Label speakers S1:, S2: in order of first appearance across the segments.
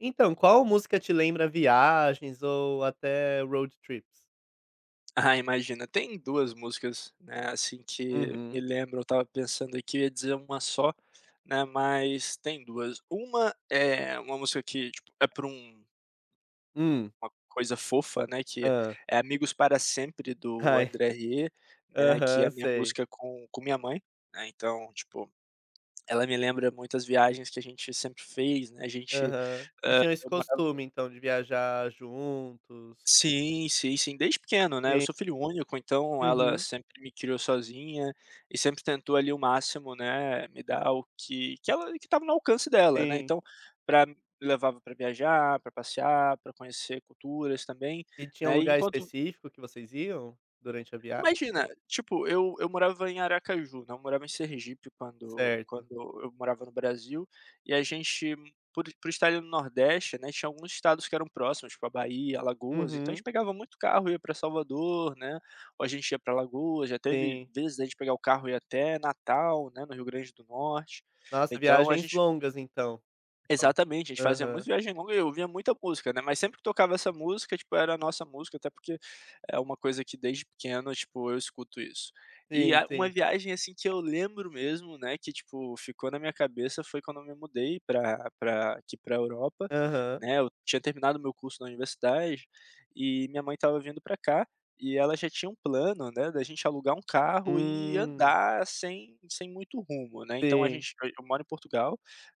S1: Então, qual música te lembra viagens ou até road trips?
S2: Ah, imagina. Tem 2 músicas, né, assim, que me
S1: Uhum.
S2: lembro. Eu estava pensando aqui, eu ia dizer uma só, né, mas tem 2. Uma é uma música que, tipo, é pra um
S1: Hum.
S2: uma coisa fofa, né, que
S1: Hã.
S2: é Amigos para Sempre, do
S1: Ai.
S2: André Rieu, né, que é
S1: Aham,
S2: a minha
S1: sei.
S2: música com minha mãe, né, então, tipo, ela me lembra muitas viagens que a gente sempre fez, né, a gente.
S1: Aham. Vocês tinham esse costume, então, de viajar juntos?
S2: Sim, sim, sim, desde pequeno, né, eu
S1: Sim.
S2: sou filho único, então ela
S1: Uhum.
S2: sempre me criou sozinha e sempre tentou ali o máximo, né, me dar o que que ela que estava no alcance dela, né,
S1: Sim.
S2: então para me levava para viajar, para passear, para conhecer culturas também,
S1: E tinha um
S2: né, e
S1: lugar
S2: enquanto.
S1: específico que vocês iam durante a via
S2: Imagina, tipo, eu morava em Aracaju, não, eu morava em Sergipe quando
S1: certo.
S2: quando eu morava no Brasil, e a gente, por estar ali no nordeste, né, tinha alguns estados que eram próximos, tipo a Bahia, Alagoas, então a gente
S1: Uhum.
S2: pegava muito carro e ia para Salvador, né, ou a gente ia para Alagoas, já teve
S1: Sim.
S2: vezes a gente pegar o carro e ir até Natal, né, no Rio Grande do Norte.
S1: Nossa,
S2: Então a
S1: viagens
S2: gente.
S1: longas então. Então.
S2: Exatamente, a gente fazia muito
S1: Aham.
S2: viagem longa e eu ouvia muita música, né, mas sempre que tocava essa música, tipo, era a nossa música, até porque é uma coisa que desde pequeno, tipo, eu escuto isso. E
S1: Sim,
S2: a uma
S1: sim.
S2: viagem, assim, que eu lembro mesmo, né, que, tipo, ficou na minha cabeça foi quando eu me mudei pra aqui pra Europa,
S1: Aham.
S2: né, eu tinha terminado meu curso na universidade e minha mãe estava vindo pra cá, e ela já tinha um plano, né, da gente alugar um carro e
S1: Hum.
S2: andar sem muito rumo, né, então a
S1: Sim.
S2: gente, eu moro em Portugal.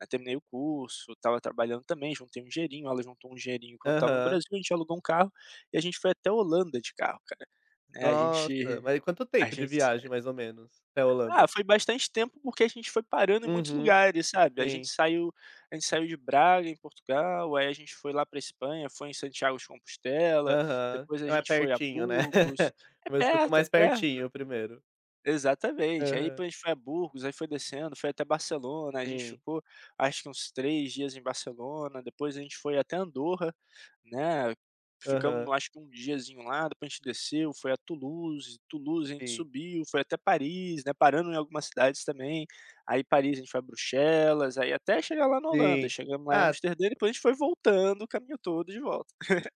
S2: Aí terminei o curso, estava trabalhando também, juntei um dinheirinho, ela juntou um dinheirinho quando estava no
S1: Aham.
S2: Brasil, a gente alugou um carro e a gente foi até a Holanda de carro, cara, né,
S1: Nossa, mas quanto
S2: a
S1: tempo de
S2: gente
S1: viagem mais ou menos até a Holanda?
S2: foi bastante tempo, porque a gente foi parando em muitos
S1: Uhum,
S2: lugares, sabe, a gente
S1: sim.
S2: saiu a gente saiu de Braga, em Portugal, aí a gente foi lá para Espanha, foi em Santiago de Compostela,
S1: Aham.
S2: depois
S1: É
S2: a
S1: mais
S2: gente foi a
S1: pertinho, né.
S2: Burgos. É
S1: Começou com
S2: perto, é
S1: mais
S2: perto.
S1: pertinho primeiro.
S2: Exatamente. Aí
S1: Aham.
S2: depois a gente foi a Burgos, aí foi descendo, foi até Barcelona, a gente
S1: Sim.
S2: ficou acho que uns 3 dias em Barcelona, depois a gente foi até Andorra, né, ficamos
S1: Aham.
S2: acho que um diazinho lá, depois a gente desceu, foi a Toulouse, Toulouse a gente
S1: Sim,
S2: subiu, foi até Paris, né, parando em algumas cidades também, aí Paris a gente foi a Bruxelas, aí até chegar lá na Holanda,
S1: sim.
S2: chegamos lá em
S1: Ah,
S2: Amsterdã e depois a gente foi voltando o caminho todo de volta.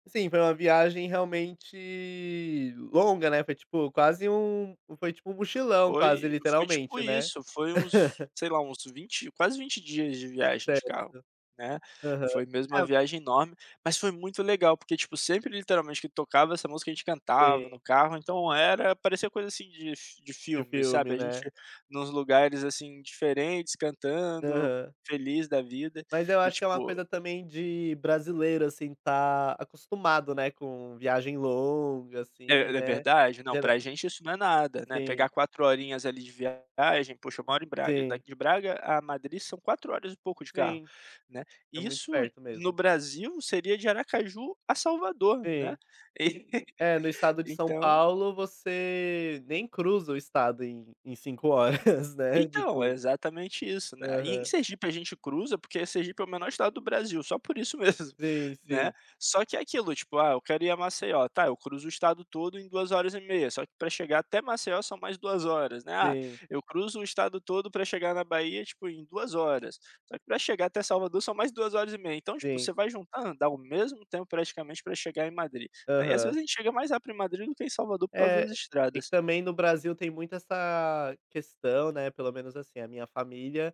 S1: sim, foi uma viagem realmente longa, né, foi tipo quase um foi tipo um mochilão quase
S2: Foi tipo
S1: literalmente, né.
S2: isso, foi uns, sei lá, uns 20 quase 20 dias de viagem de carro,
S1: Certo.
S2: né.
S1: Aham.
S2: Foi mesmo uma
S1: Ah,
S2: viagem enorme, mas foi muito legal, porque, tipo, sempre literalmente que tocava essa música, a gente cantava no
S1: sim,
S2: carro, então era parecia coisa, assim, de fi de
S1: de
S2: filme, sabe.
S1: filme,
S2: A gente
S1: né.
S2: nos lugares, assim, diferentes, cantando,
S1: Aham.
S2: feliz da vida
S1: Mas eu
S2: e
S1: acho que é uma
S2: tipo.
S1: coisa também de brasileiro, assim, tá acostumado, né, com viagem longa, assim,
S2: É, é
S1: né.
S2: verdade. Não,
S1: Gera
S2: pra gente isso não é nada, né,
S1: sim,
S2: pegar 4 horinhas ali de viagem, poxa, eu moro em Braga, e
S1: sim,
S2: daqui de Braga a Madrid são 4 horas e pouco de carro,
S1: sim,
S2: né.
S1: é muito
S2: Isso
S1: perto
S2: no
S1: mesmo.
S2: Brasil seria de Aracaju a Salvador, né.
S1: Sim.
S2: E
S1: É, no estado de São
S2: então.
S1: Paulo você nem cruza o estado em 5 horas, né,
S2: Então, é
S1: tipo
S2: exatamente isso, né. E em
S1: aham.
S2: Sergipe a gente cruza, porque Sergipe é o menor estado do Brasil, só por isso mesmo,
S1: Sim,
S2: né.
S1: sim,
S2: Só que é aquilo, tipo, ah, eu quero ir a Maceió, tá, eu cruzo o estado todo em 2 horas e meia, só que para chegar até Maceió são mais 2 horas, né. Ah,
S1: sim,
S2: eu cruzo o estado todo para chegar na Bahia, tipo, em 2 horas, só que para chegar até Salvador são mais 2 horas e meia. Então, tipo,
S1: sim.
S2: você vai juntando, dá o mesmo tempo praticamente para chegar em Madrid, né. E às
S1: Aham.
S2: vezes a gente chega mais rápido em Madrid do que em Salvador por causa das
S1: É, e que
S2: estradas.
S1: também no Brasil tem muito essa questão, né, pelo menos assim, a minha família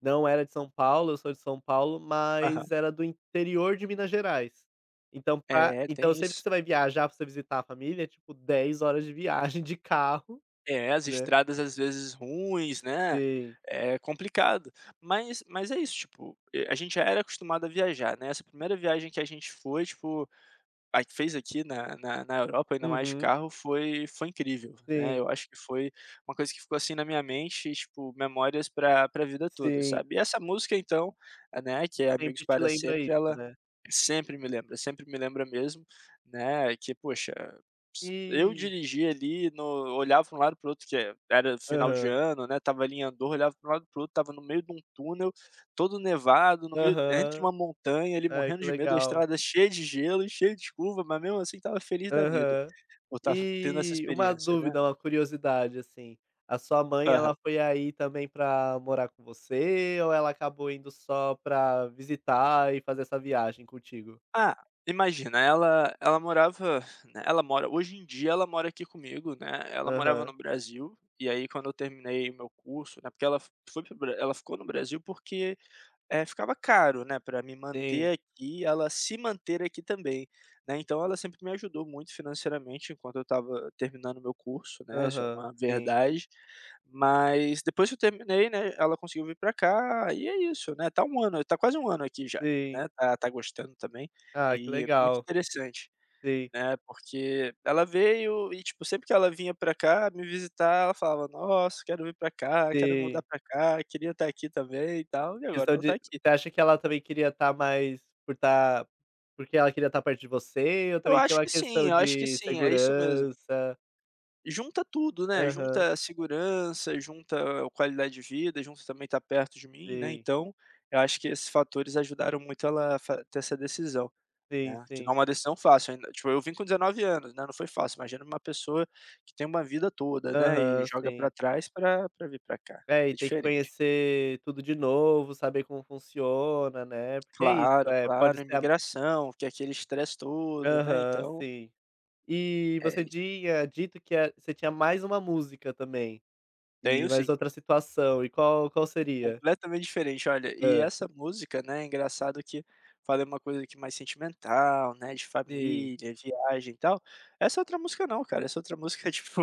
S1: não era de São Paulo, eu sou de São Paulo, mas
S2: Aham.
S1: era do interior de Minas Gerais. Então pra
S2: É,
S1: então
S2: tem
S1: sempre que
S2: isso.
S1: você vai viajar pra você visitar a família, é tipo 10 horas de viagem de carro,
S2: É, as
S1: né.
S2: estradas às vezes ruins, né,
S1: Sim.
S2: é complicado. Mas é isso, tipo, a gente já era acostumado a viajar, né, essa primeira viagem que a gente foi, tipo, a que fez aqui na Europa, ainda mais de
S1: Uhum.
S2: carro, foi incrível, né,
S1: Sim,
S2: eu acho que foi uma coisa que ficou, assim, na minha mente, tipo, memórias pra vida toda,
S1: sim.
S2: sabe. E essa música então, né, que é Amigos
S1: Sempre te
S2: para
S1: lembra
S2: Sempre,
S1: isso,
S2: ela
S1: né.
S2: sempre me lembra mesmo, né, que poxa, eu
S1: E
S2: dirigia ali no, olhava para um lado para o outro, que era final de
S1: aham,
S2: ano, né, tava ali em Andorra, olhava para um lado para o outro, tava no meio de um túnel, todo nevado, no meio entre
S1: aham.
S2: uma montanha, ali
S1: Ai,
S2: morrendo
S1: que
S2: de medo, a
S1: legal.
S2: estrada cheia de gelo e cheia de curva, mas mesmo assim tava feliz da vida,
S1: Aham.
S2: por estar tendo essa
S1: E uma
S2: experiência, né.
S1: dúvida, uma curiosidade, assim, a sua mãe
S2: Aham.
S1: ela foi aí também pra morar com você ou ela acabou indo só pra visitar e fazer essa viagem contigo?
S2: Ah, imagina, ela morava, né, ela mora, hoje em dia ela mora aqui comigo, né, ela morava
S1: Aham.
S2: no Brasil, e aí quando eu terminei o meu curso, né, porque ela f- foi para Bra ela ficou no Brasil porque é, ficava caro, né, para me
S1: Sim.
S2: manter aqui, ela se manter aqui também, né, então ela sempre me ajudou muito financeiramente enquanto eu estava terminando meu curso, né, isso é
S1: Aham.
S2: uma
S1: Sim.
S2: verdade. Mas depois que eu terminei, né, ela conseguiu vir para cá e é isso, né, tá um ano, tá quase um ano aqui já, né,
S1: Sim.
S2: tá gostando também
S1: Ah, que
S2: e é muito
S1: legal.
S2: interessante,
S1: Sim,
S2: né, porque ela veio e, tipo, sempre que ela vinha para cá me visitar, ela falava: "Nossa, quero vir para cá, quero mudar
S1: sim.
S2: para cá, queria estar aqui também e tal", e agora
S1: Questão
S2: ela tá
S1: de
S2: aqui.
S1: você acha que ela também queria estar mais por estar porque ela queria estar perto de você ou
S2: Eu
S1: também tinha
S2: acho
S1: uma
S2: que sim,
S1: questão
S2: eu acho que
S1: de
S2: sim, é isso mesmo.
S1: segurança?
S2: Junta tudo, né,
S1: Aham.
S2: junta a segurança, junta a qualidade de vida, junta também estar perto de mim, né,
S1: Sim.
S2: então, eu acho que esses fatores ajudaram muito ela a fa ter essa decisão,
S1: Sim,
S2: né, que não
S1: sim.
S2: é uma decisão fácil ainda, tipo, eu vim com 19 anos, né, não foi fácil, imagina uma pessoa que tem uma vida toda, né, e
S1: Aham,
S2: joga pra
S1: sim.
S2: trás pra vir pra cá,
S1: É, e
S2: é
S1: tem que
S2: diferente.
S1: conhecer tudo de novo, saber como funciona, né, porque é isso,
S2: Claro,
S1: é, pode
S2: claro,
S1: ser a
S2: imigração, que é aquele estresse todo, né,
S1: aham,
S2: então,
S1: sim. E
S2: é
S1: você
S2: isso.
S1: tinha dito que a você tinha mais uma música também, e
S2: Tenho
S1: mais
S2: sim.
S1: outra situação, e qual qual seria?
S2: Completamente diferente, olha, e
S1: Ah,
S2: essa música, né, é engraçado que falei uma coisa aqui mais sentimental, né, de
S1: sim.
S2: família, viagem e tal, essa outra música não, cara, essa outra música, tipo,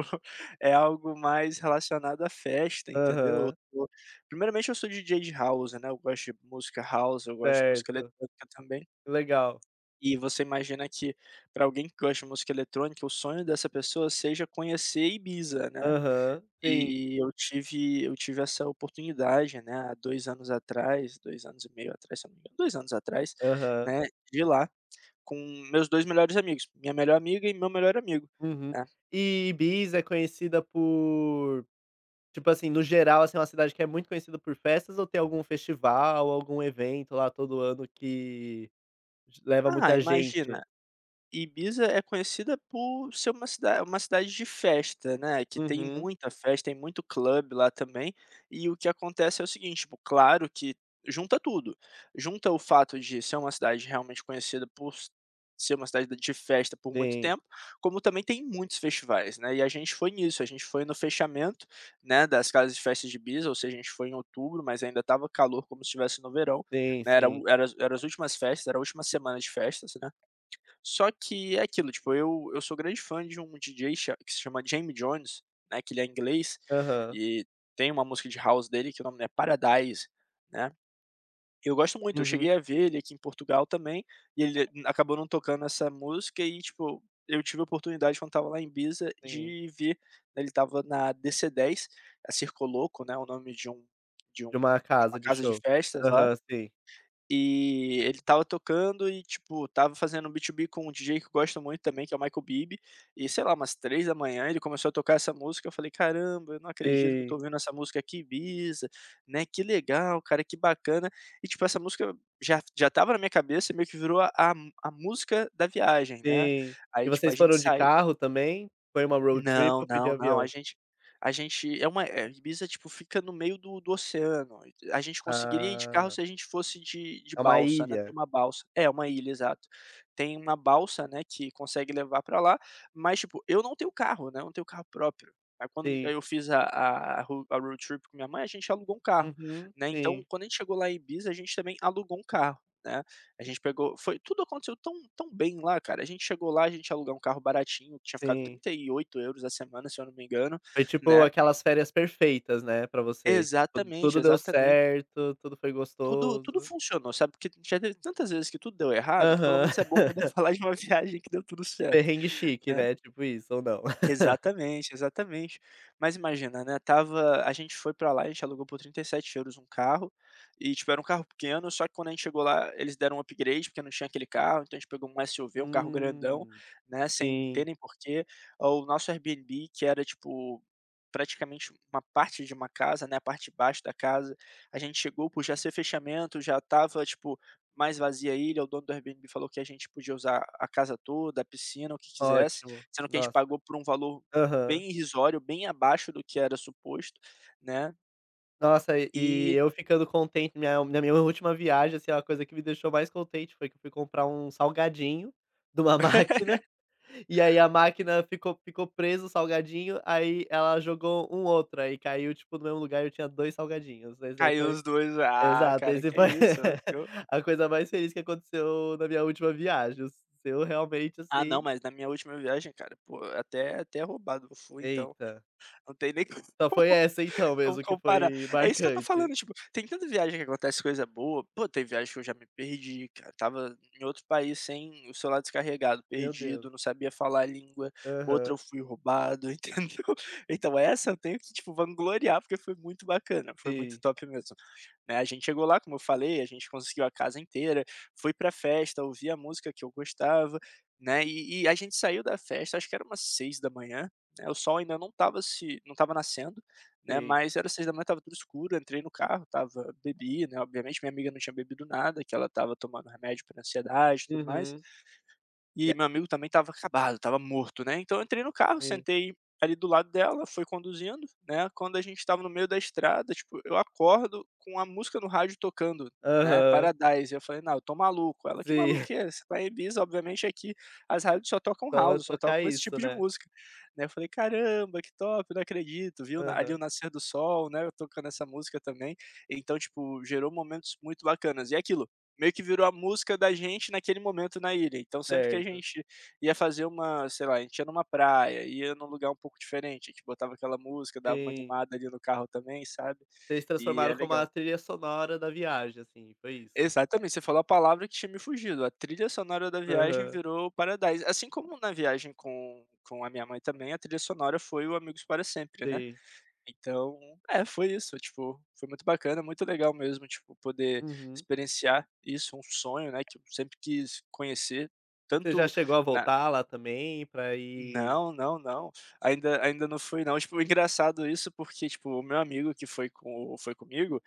S2: é algo mais relacionado à festa, entendeu. Eu
S1: Aham,
S2: tô primeiramente eu sou DJ de house, né, eu gosto de música house, eu gosto de música
S1: certo.
S2: eletrônica também,
S1: Legal.
S2: e você imagina que para alguém que gosta de música eletrônica, o sonho dessa pessoa seja conhecer Ibiza, né.
S1: Aham, sim.
S2: E eu tive essa oportunidade, né, há 2 anos atrás, 2 anos e meio atrás, se eu não me engano, 2 anos atrás,
S1: Aham.
S2: né, de ir lá com meus 2 melhores amigos, minha melhor amiga e meu melhor amigo,
S1: Uhum.
S2: né.
S1: E Ibiza é conhecida por tipo assim, no geral, assim, é uma cidade que é muito conhecida por festas ou tem algum festival, algum evento lá todo ano que j leva
S2: Ah,
S1: muita gente?
S2: imagina, Ibiza é conhecida por ser uma cidade de festa, né, que tem
S1: Uhum.
S2: muita festa, tem muito clube lá também, e o que acontece é o seguinte, tipo, claro que junta tudo, junta o fato de ser uma cidade realmente conhecida por s ser uma cidade de festa por muito
S1: Sim,
S2: tempo, como também tem muitos festivais, né, e a gente foi nisso, a gente foi no fechamento, né, das casas de festas de Ibiza, ou seja, a gente foi em outubro, mas ainda estava calor como se estivesse no verão,
S1: sim,
S2: né, era
S1: sim.
S2: o era as era as últimas festas, era a última semana de festas, né, só que é aquilo, tipo, eu sou grande fã de um DJ cha que se chama Jamie Jones, né, que ele é inglês,
S1: Aham.
S2: e tem uma música de house dele que o nome é Paradise, né. Eu gosto muito, eu
S1: Uhum,
S2: cheguei a ver ele aqui em Portugal também, e ele acabou não tocando essa música e, tipo, eu tive a oportunidade quando estava lá em Ibiza
S1: sim.
S2: de ver, né, ele estava na DC10, a Circo Louco, né, o nome de um
S1: De uma
S2: de
S1: casa
S2: uma
S1: de
S2: casa de
S1: show.
S2: festas lá
S1: Aham, sim.
S2: e ele estava tocando e, tipo, estava fazendo um B2B com um DJ que eu gosto muito também, que é o Michael Bibi, e sei lá, umas 3 da manhã ele começou a tocar essa música, eu falei: "Caramba, eu não acredito que eu tô
S1: Sim,
S2: ouvindo essa música aqui em Ibiza, né, que legal, cara, que bacana". E, tipo, essa música já já estava na minha cabeça, e meio que virou a música da viagem, né.
S1: sim. E
S2: Aí, tipo, a
S1: vocês
S2: gente
S1: foram de
S2: sai
S1: carro também? Foi uma road trip
S2: não,
S1: ou foi de
S2: não, não.
S1: avião?
S2: A gente é uma eh, Ibiza, tipo, fica no meio do oceano, a gente conseguiria ir de carro
S1: Ah,
S2: se a gente fosse de
S1: é uma
S2: balsa, né, tem
S1: ilha.
S2: uma balsa, é, uma ilha, exato. Tem uma balsa, né, que consegue levar pra lá, mas, tipo, eu não tenho carro, né, eu não tenho carro próprio. Aí quando
S1: Sim.
S2: eu fiz a road trip com minha mãe, a gente alugou um carro,
S1: Uhum.
S2: né,
S1: Sim,
S2: então quando a gente chegou lá em Ibiza, a gente também alugou um carro, né. A gente pegou foi tudo aconteceu tão tão bem lá, cara. A gente chegou lá, a gente ia alugar um carro baratinho, que tinha ficado
S1: sim.
S2: 38 euros a semana, se eu não me engano,
S1: Foi tipo
S2: né.
S1: aquelas férias perfeitas, né, pra você. Tu
S2: Exatamente,
S1: tudo deu
S2: exatamente.
S1: certo, tudo foi
S2: Tudo
S1: gostoso.
S2: funcionou, sabe, porque já teve tantas vezes que tudo deu errado, que pelo
S1: Aham.
S2: menos é bom poder falar de uma viagem que deu tudo certo,
S1: Perrengue chique,
S2: né.
S1: né, tipo isso, ou não?
S2: Exatamente, exatamente. Mas imagina, né, tava a gente foi pra lá, a gente alugou por 37 euros um carro, e tipo, era um carro pequeno, só que quando a gente chegou lá, eles deram um upgrade, porque não tinha aquele carro, então a gente pegou um SUV, um carro grandão,
S1: Hum.
S2: né, sem ter
S1: Sim,
S2: nem porquê. O nosso Airbnb, que era tipo, praticamente uma parte de uma casa, né, a parte de baixo da casa, a gente chegou por já ser fechamento, já tava tipo, mais vazia a ilha, o dono do Airbnb falou que a gente podia usar a casa toda, a piscina, o que quisesse,
S1: ótimo.
S2: sendo que a gente
S1: Nossa.
S2: pagou por um valor
S1: Aham.
S2: bem irrisório, bem abaixo do que era suposto, né,
S1: Nossa, e
S2: e
S1: eu ficando contente minha na minha última viagem, assim, a coisa que me deixou mais contente foi que eu fui comprar um salgadinho de uma máquina. E aí a máquina ficou preso o salgadinho, aí ela jogou um outro, aí caiu, tipo, no mesmo lugar e eu tinha 2 salgadinhos. Esse daí
S2: aí
S1: foi
S2: os dois. "Ah,
S1: exato,
S2: cara,
S1: esse
S2: que
S1: foi
S2: isso, let's go".
S1: a coisa mais feliz que aconteceu na minha última viagem. O seu realmente,
S2: Ah, não,
S1: assim
S2: mas na minha última viagem, cara, pô, até roubado eu fui, então
S1: eita.
S2: não tem nem
S1: Só foi essa então
S2: como
S1: mesmo que
S2: comparar?
S1: foi
S2: É isso que eu tô
S1: marcante.
S2: falando, tipo, tem tanta viagem que acontece coisa boa. Pô, tem viagem que eu já me perdi, cara, estava em outro país sem o celular descarregado,
S1: Meu Deus.
S2: perdido, não sabia falar a língua, outra
S1: Aham.
S2: eu fui roubado, entendeu? Então essa eu tenho que, tipo, vangloriar, porque foi muito bacana, foi muito
S1: Sim,
S2: top mesmo, né. A gente chegou lá, como eu falei, a gente conseguiu a casa inteira, fui pra festa, ouvi a música que eu gostava, né, e a gente saiu da festa, acho que era umas 18h, né, o sol ainda não tava nascendo, né,
S1: sim.
S2: mas era 6 da manhã, estava tudo escuro, eu entrei no carro, estava bebi, né, obviamente minha amiga não tinha bebido nada, que ela estava tomando remédio para ansiedade e tudo mais,
S1: Uhum. E
S2: e meu amigo também estava acabado, estava morto, né. Então eu entrei no carro,
S1: sim.
S2: sentei ali do lado dela, foi conduzindo, né. Quando a gente estava no meio da estrada, tipo, eu acordo com a música no rádio tocando, né,
S1: Aham.
S2: Paradise. Eu falei: "Não, eu tô maluco". Ela: "Que
S1: Sim.
S2: maluquice, você tá em Ibiza, obviamente aqui as rádios só tocam
S1: Só vai
S2: house, só
S1: tocar
S2: tocam esse
S1: isso,
S2: tipo de
S1: né.
S2: música", né. Eu falei: "Caramba, que top, não acredito". Viu? Na Ali o
S1: Aham.
S2: nascer do sol, né, eu tocando essa música também. Então, tipo, gerou momentos muito bacanas. E é aquilo, meio que virou a música da gente naquele momento na ilha. Então sempre que a
S1: Certo.
S2: gente ia fazer uma, sei lá, a gente ia numa praia, ia num lugar um pouco diferente, a gente botava aquela música, dava uma
S1: Sim.
S2: animada ali no carro também, sabe?
S1: Eles
S2: E
S1: transformaram
S2: é
S1: como a
S2: legal.
S1: trilha sonora da viagem, assim, foi isso?
S2: Exatamente, você falou a palavra que tinha me fugido. A trilha sonora da viagem
S1: Aham.
S2: virou Paradise. Assim como na viagem com, a minha mãe também, a trilha sonora foi o Amigos para Sempre, né?
S1: Sim.
S2: Então, é, foi isso, tipo, foi muito bacana, muito legal mesmo, tipo, poder
S1: Uhum.
S2: experienciar isso, um sonho, né, que eu sempre quis conhecer,
S1: E você já
S2: tanto
S1: chegou a
S2: na
S1: voltar lá também pra ir
S2: não, não, não. Ainda não fui não. Tipo, engraçado isso porque, tipo, o meu amigo que foi comigo,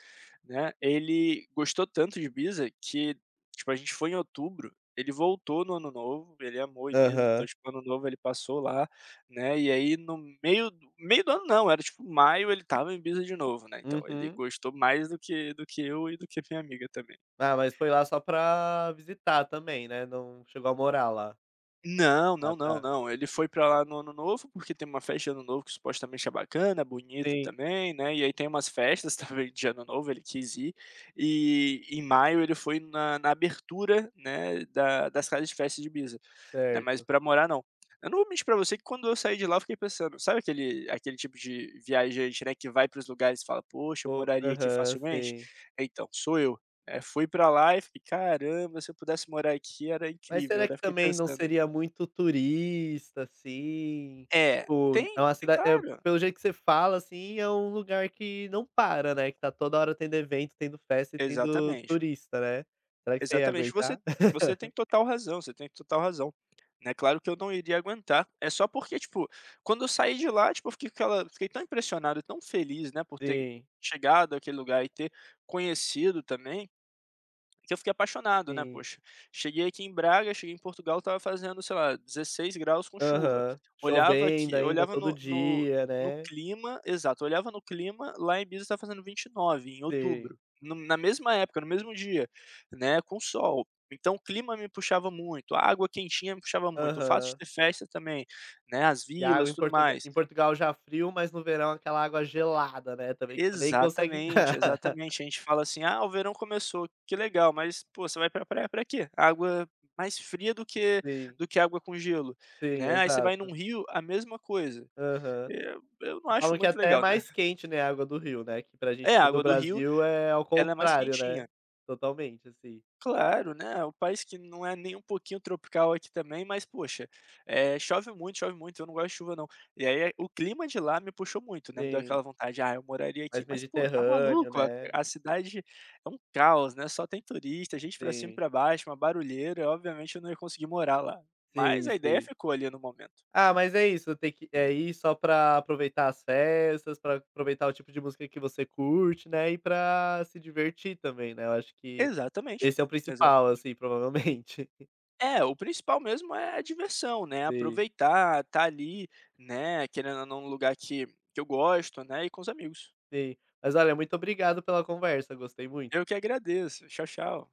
S2: né, ele gostou tanto de Ibiza que, tipo, a gente foi em outubro, ele voltou no ano novo, ele amou Ibiza,
S1: aham.
S2: então, tipo, ano novo ele passou lá, né, e aí no meio do ano, não, era tipo maio, ele estava em Ibiza de novo, né, então ele
S1: Uhum.
S2: gostou mais do que eu e do que minha amiga também.
S1: Ah, mas foi lá só pra visitar também, né, não chegou a morar lá?
S2: Não,
S1: Ah,
S2: não, não,
S1: tá.
S2: não. Ele foi pra lá no ano novo, porque tem uma festa de ano novo que supostamente é bacana, bonita
S1: Sim,
S2: também, né, e aí tem umas festas também de ano novo, ele quis ir, e em maio ele foi na abertura, né, da das casas de festa de Ibiza, né, mas
S1: certo.
S2: pra morar não. Eu não vou mentir pra você que quando eu saí de lá eu fiquei pensando, sabe aquele tipo de viajante, né, que vai para os lugares e fala: "Poxa, eu
S1: O
S2: moraria aqui
S1: aham,
S2: facilmente?".
S1: sim.
S2: Então, sou eu, né, fui pra lá e fiquei: "Caramba, se eu pudesse morar aqui era
S1: Mas será
S2: incrível",
S1: que
S2: né, fiquei
S1: também não
S2: pensando.
S1: seria muito turista, assim?
S2: É,
S1: Tipo, é
S2: tem,
S1: uma
S2: tem
S1: cidade, eh,
S2: claro.
S1: pelo jeito que você fala, assim, é um lugar que não para, né, que tá toda hora tendo evento, tendo festa e tendo
S2: Exatamente,
S1: turista, né. Será que você ia
S2: exatamente. Você
S1: aguentar?
S2: você tem total razão, você tem total razão, né, claro que eu não iria aguentar, é só porque, tipo, quando eu saí de lá, tipo, eu fiquei com aquela fiquei tão impressionado, tão feliz, né, por ter
S1: Sim,
S2: chegado àquele lugar e ter conhecido também, que eu fiquei apaixonado, né,
S1: sim.
S2: poxa. Cheguei aqui em Braga, cheguei em Portugal, estava fazendo, sei lá, 16 graus com chuva.
S1: Aham.
S2: Olhava
S1: Chovendo
S2: aqui
S1: ainda
S2: olhava
S1: todo
S2: no
S1: dia,
S2: no
S1: né.
S2: clima, exato, olhava no clima, lá em Ibiza estava fazendo 29, em
S1: Sim.
S2: outubro, na mesma época, no mesmo dia, né, com sol. Então o clima me puxava muito, a água quentinha me puxava muito, o fato de
S1: Aham.
S2: ter festa também, né, as
S1: E a água
S2: vilas, tudo mais.
S1: Em Portugal já frio, mas no verão aquela água gelada, né, também que você nem consegue
S2: Exatamente,
S1: entrar.
S2: exatamente. A gente fala assim: "Ah, o verão começou, que legal", mas, pô, você vai pra praia pra quê? Água mais fria do que
S1: Sim,
S2: do que água com gelo,
S1: sim,
S2: né. Aí você vai
S1: exato.
S2: num rio, a mesma coisa.
S1: Aham.
S2: Eu não
S1: E
S2: acho
S1: falam que
S2: muito
S1: até é
S2: legal, né.
S1: mais quente, né, a água do rio, né, que pra gente
S2: É, a
S1: que é do
S2: água do rio,
S1: Brasil é ao
S2: ela é mais
S1: contrário, né,
S2: quentinha.
S1: totalmente, assim.
S2: Claro, né, o país que não é nem um pouquinho tropical aqui também, mas poxa, chove muito, eu não gosto de chuva não. E aí o clima de lá me puxou muito, né, me deu
S1: Sim,
S2: aquela vontade: "Ah, eu moraria aqui",
S1: mais
S2: mas pô, tá
S1: mediterrâneo,
S2: maluco, a
S1: né.
S2: a cidade é um caos, né, só tem turista, gente pra cima e
S1: Sim,
S2: pra baixo, uma barulheira, obviamente eu não ia conseguir morar lá, mas
S1: sim,
S2: a ideia
S1: sim.
S2: ficou ali no momento.
S1: Ah, mas é isso, tem que é ir só pra aproveitar as festas, pra aproveitar o tipo de música que você curte, né, e pra se divertir também, né, eu acho que
S2: Exatamente,
S1: esse é o principal,
S2: exatamente.
S1: assim, provavelmente.
S2: É, o principal mesmo é a diversão, né,
S1: Sim,
S2: aproveitar, tá ali, né, querendo ou não, num lugar que eu gosto, né, e com os amigos.
S1: sim. Mas olha, muito obrigado pela conversa, gostei
S2: Eu
S1: muito.
S2: que agradeço. Tchau, tchau.